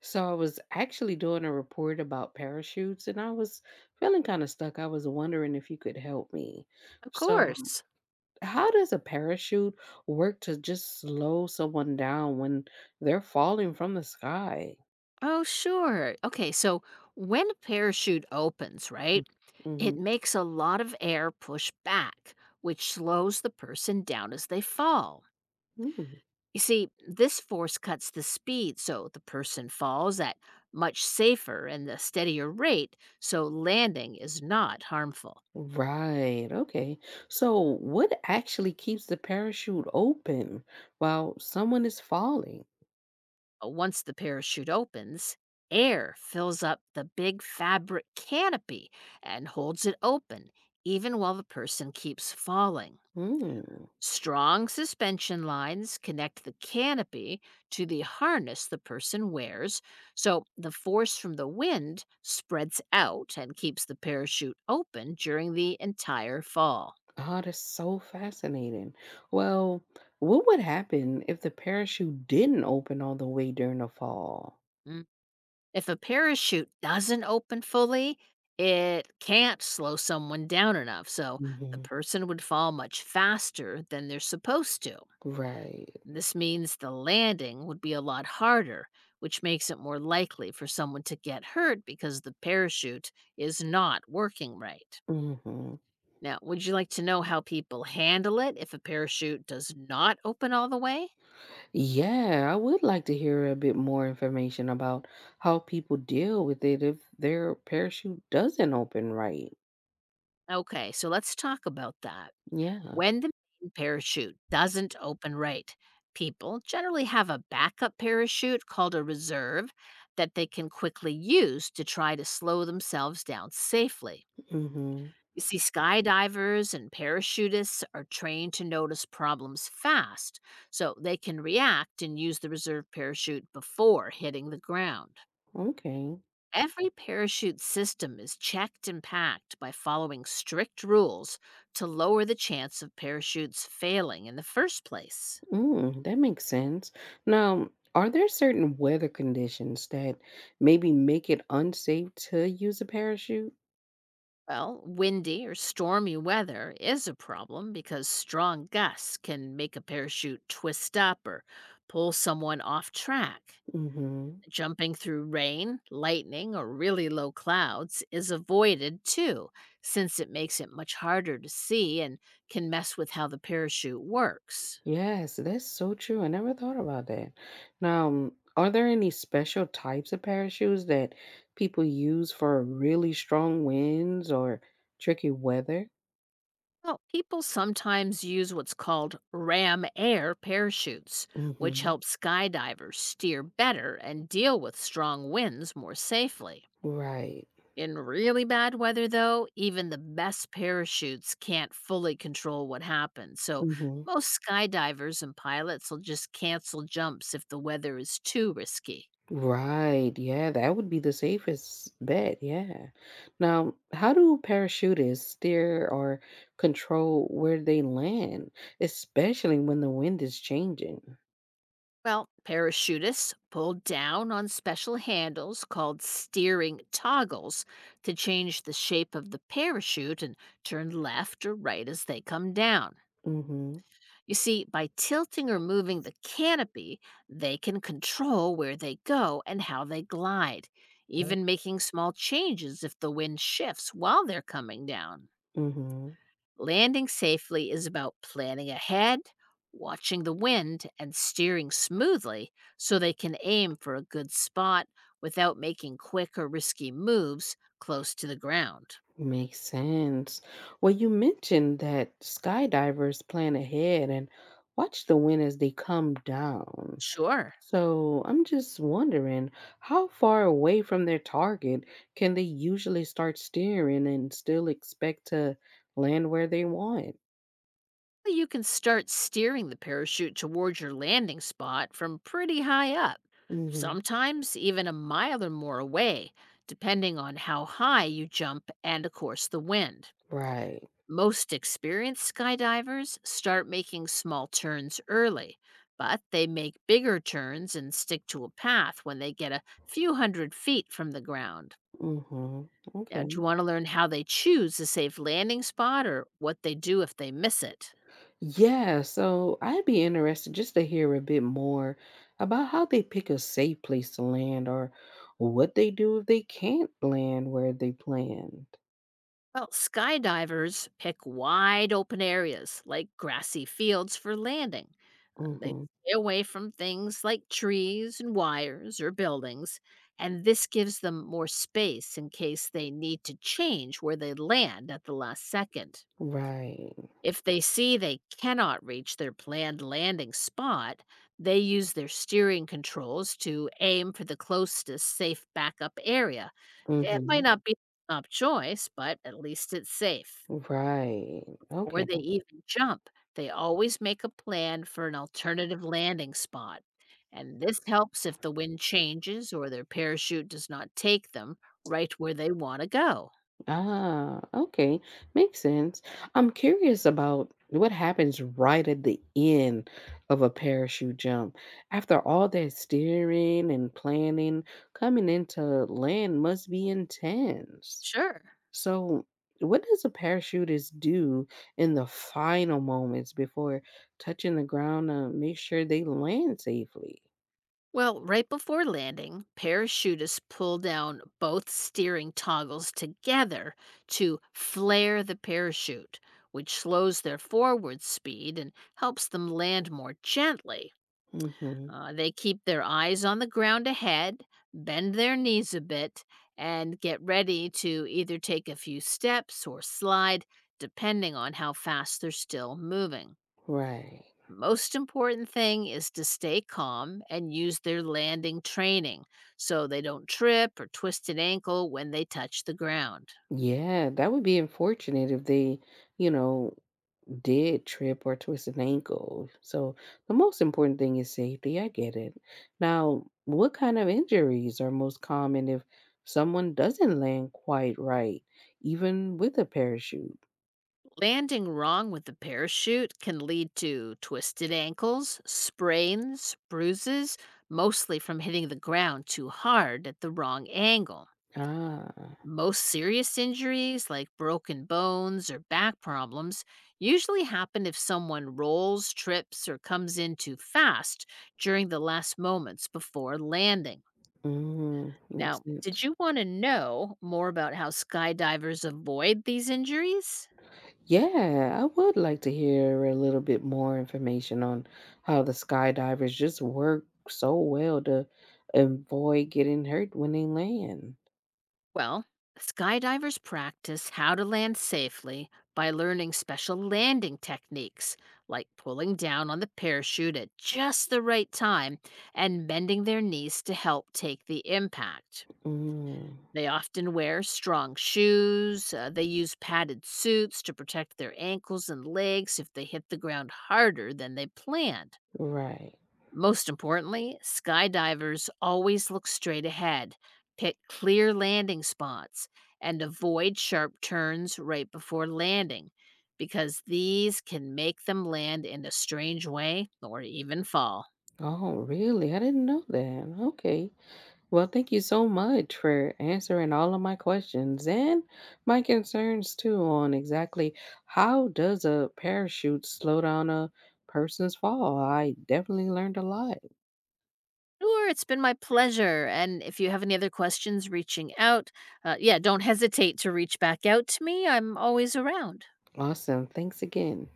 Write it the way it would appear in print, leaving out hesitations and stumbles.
So I was actually doing a report about parachutes and I was feeling kind of stuck. I was wondering if you could help me. Of So, course. how does a parachute work to just slow someone down when they're falling from the sky? Oh, sure. Okay, so when a parachute opens, right, it Hmm. makes a lot of air push back, which slows the person down as they fall. You see, this force cuts the speed, so the person falls at much safer and a steadier rate, so landing is not harmful. Right. Okay. So, what actually keeps the parachute open while someone is falling? Once the parachute opens, air fills up the big fabric canopy and holds it open, even while the person keeps falling. Hmm. Strong suspension lines connect the canopy to the harness the person wears, so the force from the wind spreads out and keeps the parachute open during the entire fall. Oh, that's so fascinating. Well, what would happen if the parachute didn't open all the way during the fall? Mm, If a parachute doesn't open fully, it can't slow someone down enough, so the Mhm. person would fall much faster than they're supposed to. Right. This means the landing would be a lot harder, which makes it more likely for someone to get hurt because the parachute is not working right. Hmm. Now, would you like to know how people handle it if a parachute does not open all the way? Yeah, I would like to hear a bit more information about how people deal with it if their parachute doesn't open right. Okay, so let's talk about that. Yeah. When the main parachute doesn't open right, people generally have a backup parachute called a reserve that they can quickly use to try to slow themselves down safely. Hmm. You see, skydivers and parachutists are trained to notice problems fast, so they can react and use the reserve parachute before hitting the ground. Okay. Every parachute system is checked and packed by following strict rules to lower the chance of parachutes failing in the first place. Mm, that makes sense. Now, are there certain weather conditions that maybe make it unsafe to use a parachute? Well, windy or stormy weather is a problem because strong gusts can make a parachute twist up or pull someone off track. Hmm. Jumping through rain, lightning, or really low clouds is avoided too, since it makes it much harder to see and can mess with how the parachute works. Yes, that's so true. I never thought about that. Now, are there any special types of parachutes that people use for really strong winds or tricky weather? Well, people sometimes use what's called ram air parachutes, which Hmm. help skydivers steer better and deal with strong winds more safely. Right. In really bad weather, though, even the best parachutes can't fully control what happens. So, Hmm. most skydivers and pilots will just cancel jumps if the weather is too risky. Right. Yeah, that would be the safest bet. Yeah. Now, how do parachutists steer or control where they land, especially when the wind is changing? Well, parachutists pull down on special handles called steering toggles to change the shape of the parachute and turn left or right as they come down. Hmm. You see, by tilting or moving the canopy, they can control where they go and how they glide, even making small changes if the wind shifts while they're coming down. Hmm. Landing safely is about planning ahead, watching the wind, and steering smoothly so they can aim for a good spot without making quick or risky moves close to the ground. Makes sense. Well, you mentioned that skydivers plan ahead and watch the wind as they come down. Sure. So I'm just wondering how far away from their target can they usually start steering and still expect to land where they want? Well, you can start steering the parachute towards your landing spot from pretty high up, Hmm. sometimes even a mile or more away, depending on how high you jump and, of course, the wind. Right. Most experienced skydivers start making small turns early, but they make bigger turns and stick to a path when they get a few hundred feet from the ground. Hmm. Now, do you Okay. want to learn how they choose a safe landing spot or what they do if they miss it? Yeah, so I'd be interested just to hear a bit more about how they pick a safe place to land or what they do if they can't land where they planned. Well, skydivers pick wide open areas like grassy fields for landing. They Mm-hmm. stay away from things like trees and wires or buildings, and this gives them more space in case they need to change where they land at the last second. Right. If they see they cannot reach their planned landing spot, they use their steering controls to aim for the closest safe backup area. It Mm-hmm. might not be the top choice, but at least it's safe. Right. Before Okay. they even jump, they always make a plan for an alternative landing spot. And this helps if the wind changes or their parachute does not take them right where they want to go. Ah, okay. Makes sense. I'm curious about what happens right at the end of a parachute jump. After all that steering and planning, coming into land must be intense. Sure. So, what does a parachutist do in the final moments before touching the ground to make sure they land safely? Well, right before landing, parachutists pull down both steering toggles together to flare the parachute, which slows their forward speed and helps them land more gently. Hmm. They keep their eyes on the ground ahead, bend their knees a bit, and get ready to either take a few steps or slide, depending on how fast they're still moving. Right. Most important thing is to stay calm and use their landing training so they don't trip or twist an ankle when they touch the ground. Yeah, that would be unfortunate if they, you know, did trip or twist an ankle. So the most important thing is safety. I get it. Now, what kind of injuries are most common if someone doesn't land quite right, even with a parachute? Landing wrong with the parachute can lead to twisted ankles, sprains, bruises, mostly from hitting the ground too hard at the wrong angle. Ah. Most serious injuries, like broken bones or back problems, usually happen if someone rolls, trips, or comes in too fast during the last moments before landing. Mm, makes Now, did sense. you want to know more about how skydivers avoid these injuries? Yeah, I would like to hear a little bit more information on how the skydivers just work so well to avoid getting hurt when they land. Well, skydivers practice how to land safely by learning special landing techniques, like pulling down on the parachute at just the right time and bending their knees to help take the impact. Mm, They often wear strong shoes, they use padded suits to protect their ankles and legs if they hit the ground harder than they planned. right. Most importantly, skydivers always look straight ahead, pick clear landing spots, and avoid sharp turns right before landing because these can make them land in a strange way or even fall. Oh, really? I didn't know that. Okay. Well, thank you so much for answering all of my questions and my concerns too on exactly how does a parachute slow down a person's fall. I definitely learned a lot. Sure, it's been my pleasure. And if you have any other questions reaching out, yeah, don't hesitate to reach back out to me. I'm always around. Awesome. Thanks again.